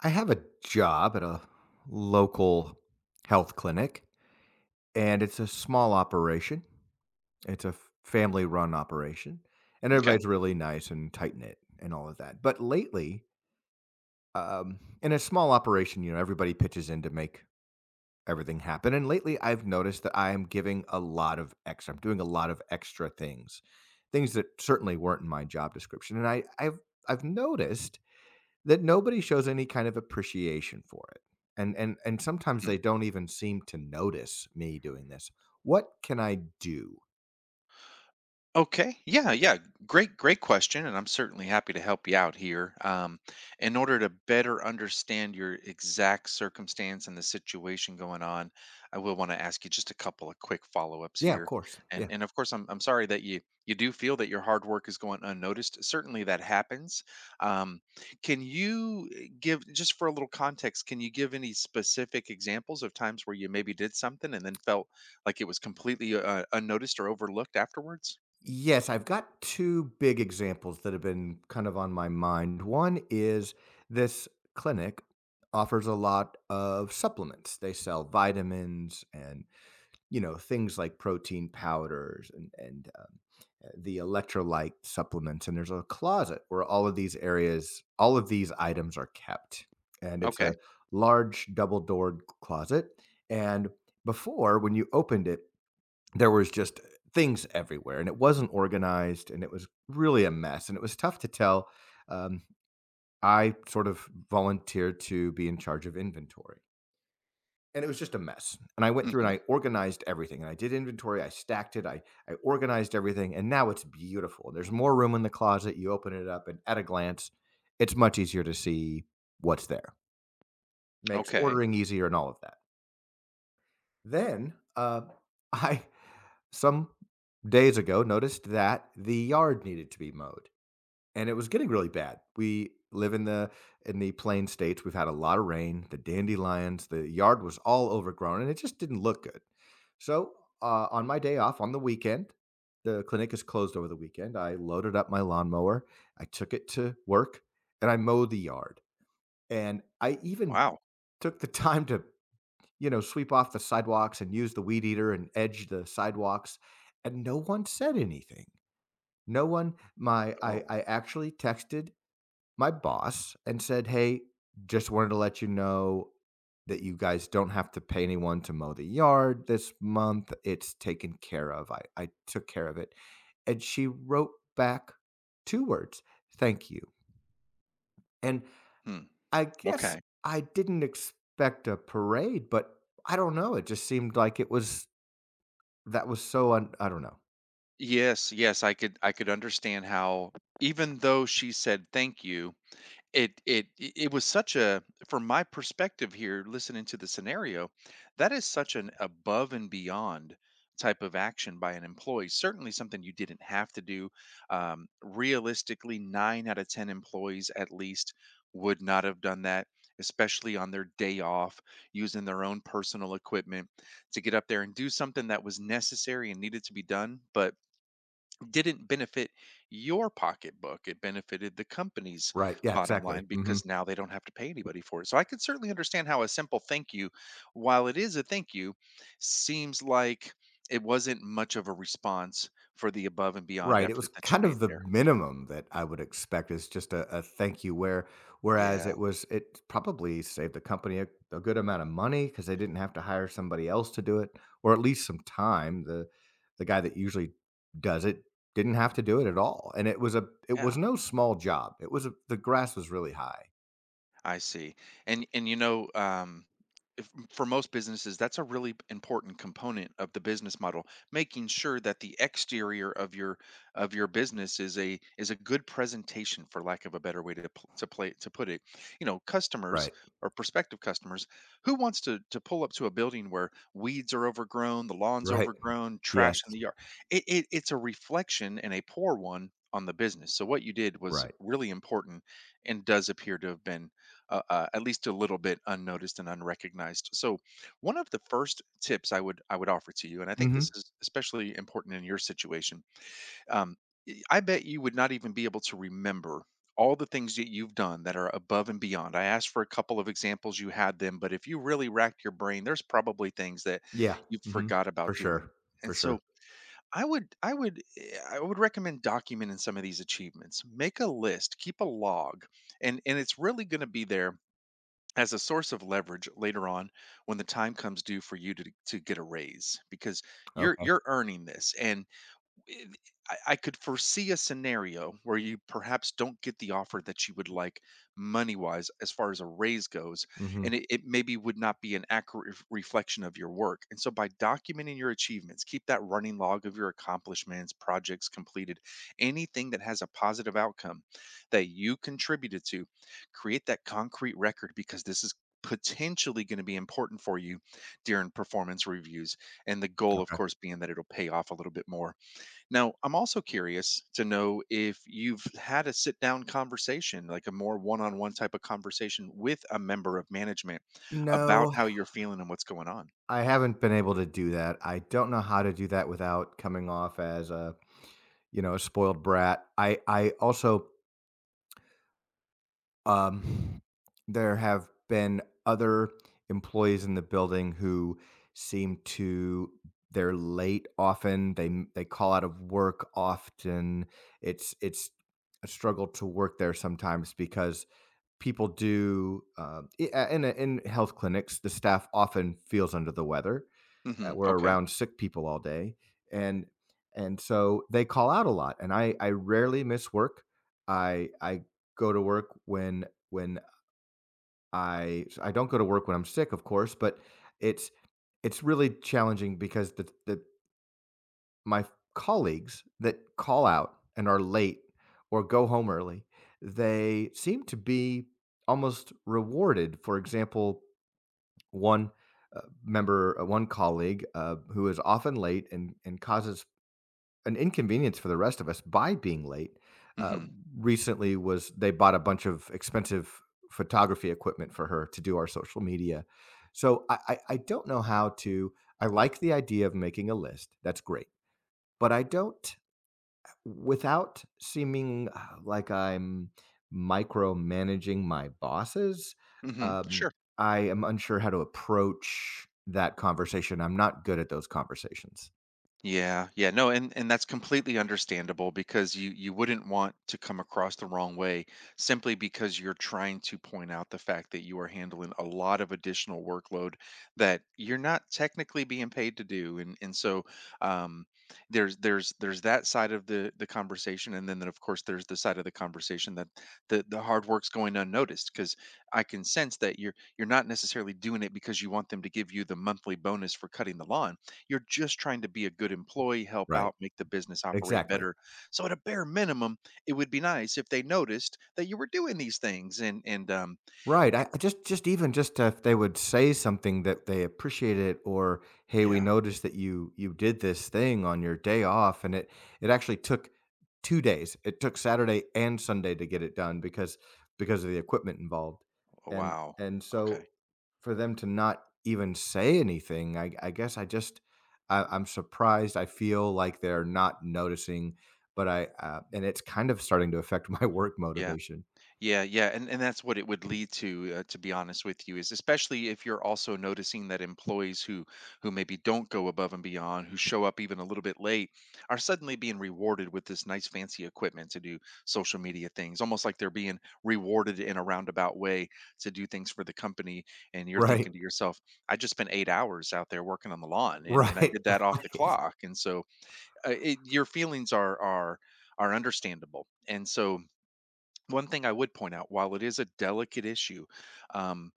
I have a job at a local health clinic, and it's a small operation. It's a family run operation, and Okay. everybody's really nice and tight knit and all of that. But lately, in a small operation, everybody pitches in to make everything happen. And lately, I've noticed that I am giving a lot of extra, I'm doing a lot of extra things, things that certainly weren't in my job description. I've noticed that nobody shows any kind of appreciation for it. And sometimes Hmm. they don't even seem to notice me doing this. What can I do? Okay. Yeah, yeah. Great, great question. And I'm certainly happy to help you out here. In order to better understand your exact circumstance and the situation going on, I will want to ask you just a couple of quick follow-ups Yeah, of here. course. And Yeah. and of course, I'm sorry that you do feel that your hard work is going unnoticed. Certainly that happens. Um, can you give, just for a little context, can you give any specific examples of times where you maybe did something and then felt like it was completely unnoticed or overlooked afterwards? Yes, I've got 2 big examples that have been kind of on my mind. One is this clinic offers a lot of supplements. They sell vitamins and things like protein powders and the electrolyte supplements, and there's a closet where all of these items are kept, and it's Okay. a large double doored closet. And before, when you opened it, there was just things everywhere and it wasn't organized and it was really a mess and it was tough to tell. um, I sort of volunteered to be in charge of inventory, and it was just a mess. And I went through and Mhm. I organized everything and I did inventory, I stacked it, I organized everything, and now it's beautiful. There's more room in the closet. You open it up and at a glance, it's much easier to see what's there. Makes Okay. ordering easier and all of that. Then, I some days ago noticed that the yard needed to be mowed. And it was getting really bad. We live in the plain states. We've had a lot of rain, the dandelions, the yard was all overgrown, and it just didn't look good. So, on my day off on the weekend, the clinic is closed over the weekend. I loaded up my lawnmower, I took it to work, and I mowed the yard. And I even Wow. took the time to, you know, sweep off the sidewalks and use the weed eater and edge the sidewalks, and no one said anything. No one my Oh. I actually texted my boss and said, "Hey, just wanted to let you know that you guys don't have to pay anyone to mow the yard this month. It's taken care of. I took care of it." And she wrote back two words: thank you. And Hmm. I guess Okay. I didn't expect a parade, but I don't know. It just seemed like it was that was so, I don't know. Yes, yes, I could understand how, even though she said thank you, it was such a from my perspective here listening to the scenario, that is such an above and beyond type of action by an employee, certainly something you didn't have to do. Realistically, nine out of ten employees at least would not have done that, especially on their day off, using their own personal equipment to get up there and do something that was necessary and needed to be done but didn't benefit your pocketbook. It benefited the company's Right. Yeah, bottom exactly. line Hmm. because now they don't have to pay anybody for it. So I can certainly understand how a simple thank you, while it is a thank you, seems like it wasn't much of a response for the above and beyond Right, it was effort that you kind of made the there. minimum that I would expect, is just a thank you, whereas Yeah. it was, it probably saved the company a good amount of money because they didn't have to hire somebody else to do it, or at least some time. The guy that usually does it didn't have to do it at all, and it Yeah. was no small job. It was a The grass was really high. I see. And if, for most businesses, that's a really important component of the business model, making sure that the exterior of your business is a good presentation, for lack of a better way to pl- to play to put it. Customers Right, or prospective customers, who wants to pull up to a building where weeds are overgrown, the lawn's right. overgrown, Yes, trash in the yard? It's a reflection, and a poor one, on the business. So what you did was right. really important and does appear to have been at least a little bit unnoticed and unrecognized. So, one of the first tips I would offer to you, and I think Mhm. this is especially important in your situation, um, I bet you would not even be able to remember all the things that you've done that are above and beyond. I asked for a couple of examples, you had them, but if you really racked your brain, there's probably things that Yeah, you mhm. forgot For about doing. sure, for And so, sure. I would recommend documenting some of these achievements. Make a list, keep a log, and it's really going to be there as a source of leverage later on when the time comes due for you to get a raise, because you're Okay. you're earning this. And it- I could foresee a scenario where you perhaps don't get the offer that you would like money wise as far as a raise goes, Mhm, and it maybe would not be an accurate reflection of your work. And so, by documenting your achievements, keep that running log of your accomplishments, projects completed, anything that has a positive outcome that you contributed to. Create that concrete record, because this is potentially going to be important for you during performance reviews, and the goal, of okay. course, being that it'll pay off a little bit more. Now, I'm also curious to know if you've had a sit down conversation, like a more one on one type of conversation with a member of management, about No. how you're feeling and what's going on. I haven't been able to do that. I don't know how to do that without coming off as a, you know, a spoiled brat. I also um there have been other employees in the building who seem to— they're late often. They call out of work often. It's a struggle to work there sometimes because people do, in health clinics the staff often feels under the weather, Hmm. that we're Okay. around sick people all day, and and so they call out a lot, and I rarely miss work. I go to work when— I so I don't go to work when I'm sick, of course, but it's it's really challenging because the my colleagues that call out and are late or go home early, they seem to be almost rewarded. For example, one one colleague who is often late and causes an inconvenience for the rest of us by being late. Uh, Hmm. Recently, was— they bought a bunch of expensive photography equipment for her to do our social media. So I don't know how to. I like the idea of making a list. That's great, but I don't— without seeming like I'm micromanaging my bosses, Hmm. um, Sure. I am unsure how to approach that conversation. I'm not good at those conversations. Yeah, yeah, no, and that's completely understandable, because you wouldn't want to come across the wrong way simply because you're trying to point out the fact that you are handling a lot of additional workload that you're not technically being paid to do. And and so um, there's that side of the conversation, and then of course, there's the side of the conversation that the hard work's going unnoticed. Because I can sense that you're not necessarily doing it because you want them to give you the monthly bonus for cutting the lawn. You're just trying to be a good employee, help Right. out, make the business operate Exactly. better. So at a bare minimum, it would be nice if they noticed that you were doing these things. and and um Right, I just even just if they would say something that they appreciate it, or, "Hey, we yeah, noticed that you did this thing on your day off," and it actually took 2 days. It took Saturday and Sunday to get it done because of the equipment involved, oh, and wow. and so Okay. for them to not even say anything, I guess I just— I'm surprised. I feel like they're not noticing, but I, and it's kind of starting to affect my work Yeah. motivation. Yeah, yeah, and that's what it would lead to be honest with you, is, especially if you're also noticing that employees who maybe don't go above and beyond, who show up even a little bit late, are suddenly being rewarded with this nice fancy equipment to do social media things, almost like they're being rewarded in a roundabout way to do things for the company. And you're Right. thinking to yourself, I just spent 8 hours out there working on the lawn, and I Right, did that off the right, clock. And so your feelings are understandable. And so, one thing I would point out, while it is a delicate issue, um,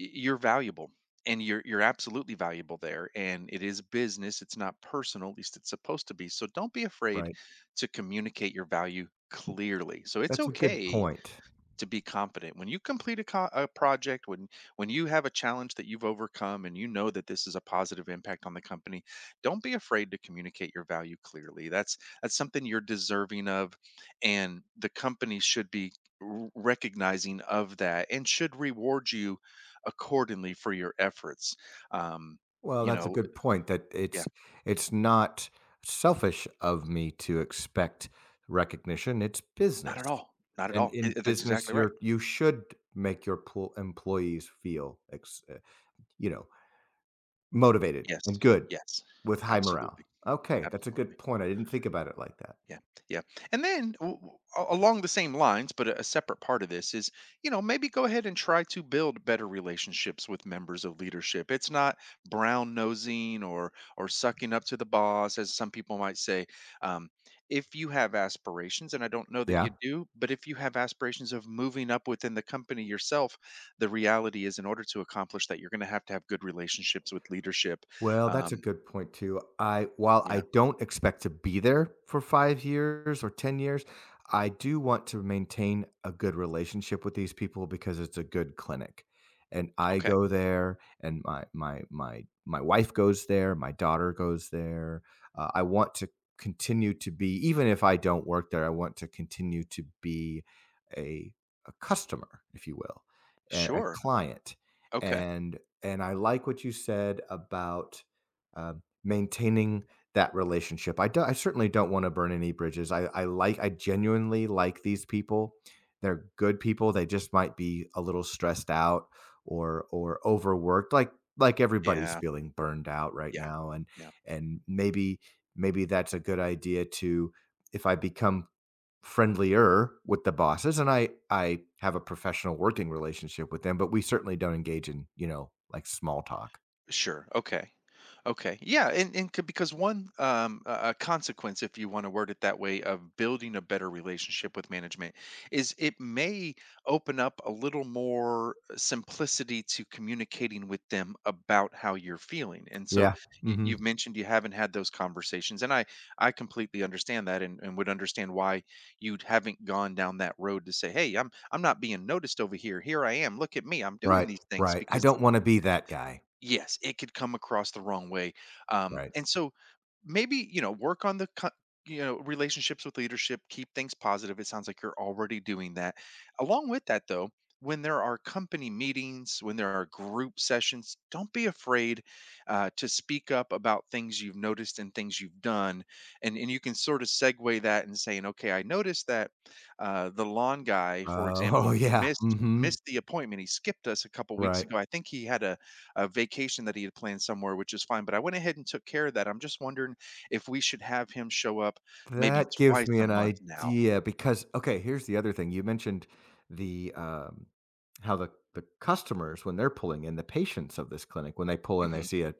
you're valuable, and you're absolutely valuable there. And it is business; it's not personal. At least it's supposed to be. So don't be afraid right. to communicate your value clearly. So it's That's a good okay point. to be competent. When you complete a project, when you have a challenge that you've overcome, and you know that this is a positive impact on the company, don't be afraid to communicate your value clearly. That's something you're deserving of, and the company should be recognizing of that and should reward you accordingly for your efforts. Um, Well, you that's a know, good point that yeah, it's not selfish of me to expect recognition, it's not business. at all, not at And all. In That's business, exactly right. you're— you should make your employees feel you know, motivated Yes, and good, yes, with high morale. absolutely, Okay, that's a absolutely. good point. I didn't think about it like that. Yeah, yeah. And then, along the same lines, but a separate part of this is, maybe go ahead and try to build better relationships with members of leadership. It's not brown nosing or sucking up to the boss, as some people might say. Um, if you have aspirations, and I don't know that Yeah. you do, but if you have aspirations of moving up within the company yourself, the reality is, in order to accomplish that, you're going to have good relationships with leadership. Well, that's a Um, good point too. I— while I yeah. don't expect to be there for 5 years or 10 years, I do want to maintain a good relationship with these people because it's a good clinic. And I Okay. go there, and my wife goes there, my daughter goes there. I want to continue to be— even if I don't work there, I want to continue to be a a customer, if you will, a Sure. client. Okay. And and I like what you said about maintaining that relationship. I do, I certainly don't want to burn any bridges. I like— I genuinely like these people. They're good people. They just might be a little stressed out or overworked. Like everybody's Yeah. feeling burned out right Yeah. now, Yeah. and maybe that's a good idea. To— if I become friendlier with the bosses— and I have a professional working relationship with them, but we certainly don't engage in, you know, like, small talk. Sure. Okay. Okay. Yeah. And, because, one a consequence, if you want to word it that way, of building a better relationship with management is it may open up a little more simplicity to communicating with them about how you're feeling. And so Yeah. You've Mhm. mentioned you haven't had those conversations, and I completely understand that, and would understand why you haven't gone down that road to say, hey, I'm not being noticed over here. Here I am. Look at me. I'm doing Right, these things right. I because... don't wanna be that guy. Yes, it could come across the wrong way. Right. And so, maybe, work on the relationships with leadership, keep things positive. It sounds like you're already doing that. Along with that though, when there are company meetings, when there are group sessions, don't be afraid to speak up about things you've noticed and things you've done. And, you can sort of segue that and saying, okay, I noticed that the lawn guy, for Uh, example, Oh, yeah. Mhm. missed the appointment. He skipped us a couple weeks Right. ago. I think he had a vacation that he had planned somewhere, which is fine, but I went ahead and took care of that. I'm just wondering if we should have him show up maybe That gives twice me a an month now. idea, because okay, here's the other thing. You mentioned the how the customers when they're pulling in, the patients of this clinic when they pull in, they Mhm. see a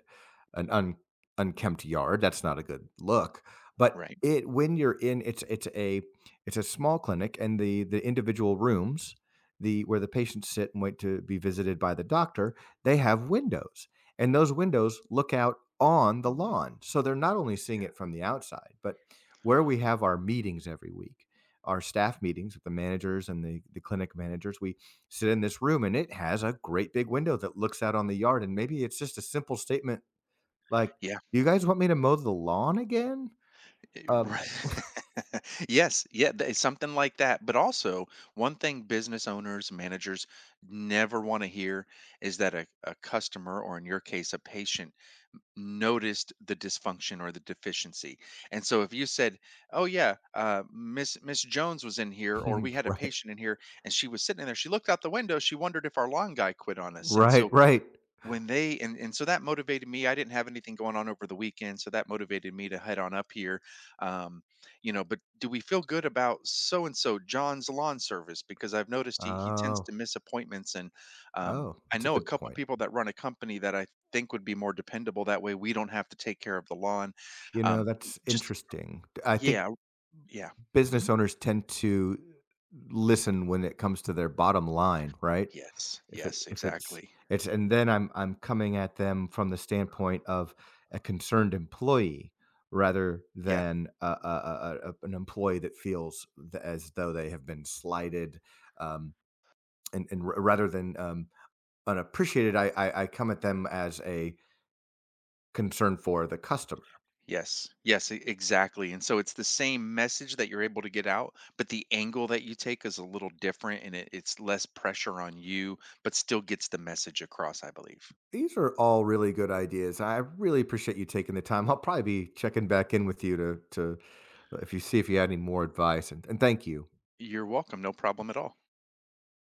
an unkempt yard. That's not a good look. But Right. it, when you're in— it's a small clinic and the individual rooms, the where the patients sit and wait to be visited by the doctor, they have windows, and those windows look out on the Mhm. lawn, so they're not only seeing it from the outside, but where we have our meetings every week, our staff meetings with the managers and the clinic managers, we sit in this room and it has a great big window that looks out on the yard. And maybe it's just a simple statement like, Yeah. "You guys want me to mow the lawn again?" Uh, Right. Yes. Yeah. Something like that. But also, one thing business owners, managers never want to hear is that a customer, or in your case, a patient, m- noticed the dysfunction or the deficiency. And so if you said, "Oh yeah, Miss Jones was in here, or we had a right, patient in here, and she was sitting in there. She looked out the window. She wondered if our lawn guy quit on us." And so, right. and so, that motivated me. I didn't have anything going on over the weekend, so that motivated me to head on up here. um, but do we feel good about so and so, John's lawn service, because I've noticed he tends Oh, to miss appointments? And um, oh, I that's a know a good couple point. people that run a company that I think would be more dependable, that way we don't have to take care of the lawn. You know, Y- that's just interesting. I think Yeah, yeah. Mhm. business owners tend to listen when it comes to their bottom line, right? Yes, If it, yes, if it's— exactly. it's, and then I'm coming at them from the standpoint of a concerned employee rather Yeah. than a an employee that feels, th— as though they have been slighted, um, and r— rather than, unappreciated, I come at them as a concern for the customer. Yes. Yes, e exactly, and so it's the same message that you're able to get out, but the angle that you take is a little different, and it's less pressure on you, but still gets the message across, I believe. These are all really good ideas. I really appreciate you taking the time. I'll probably be checking back in with you to— if you see if you had any more advice, and thank you. You're welcome, no problem at all.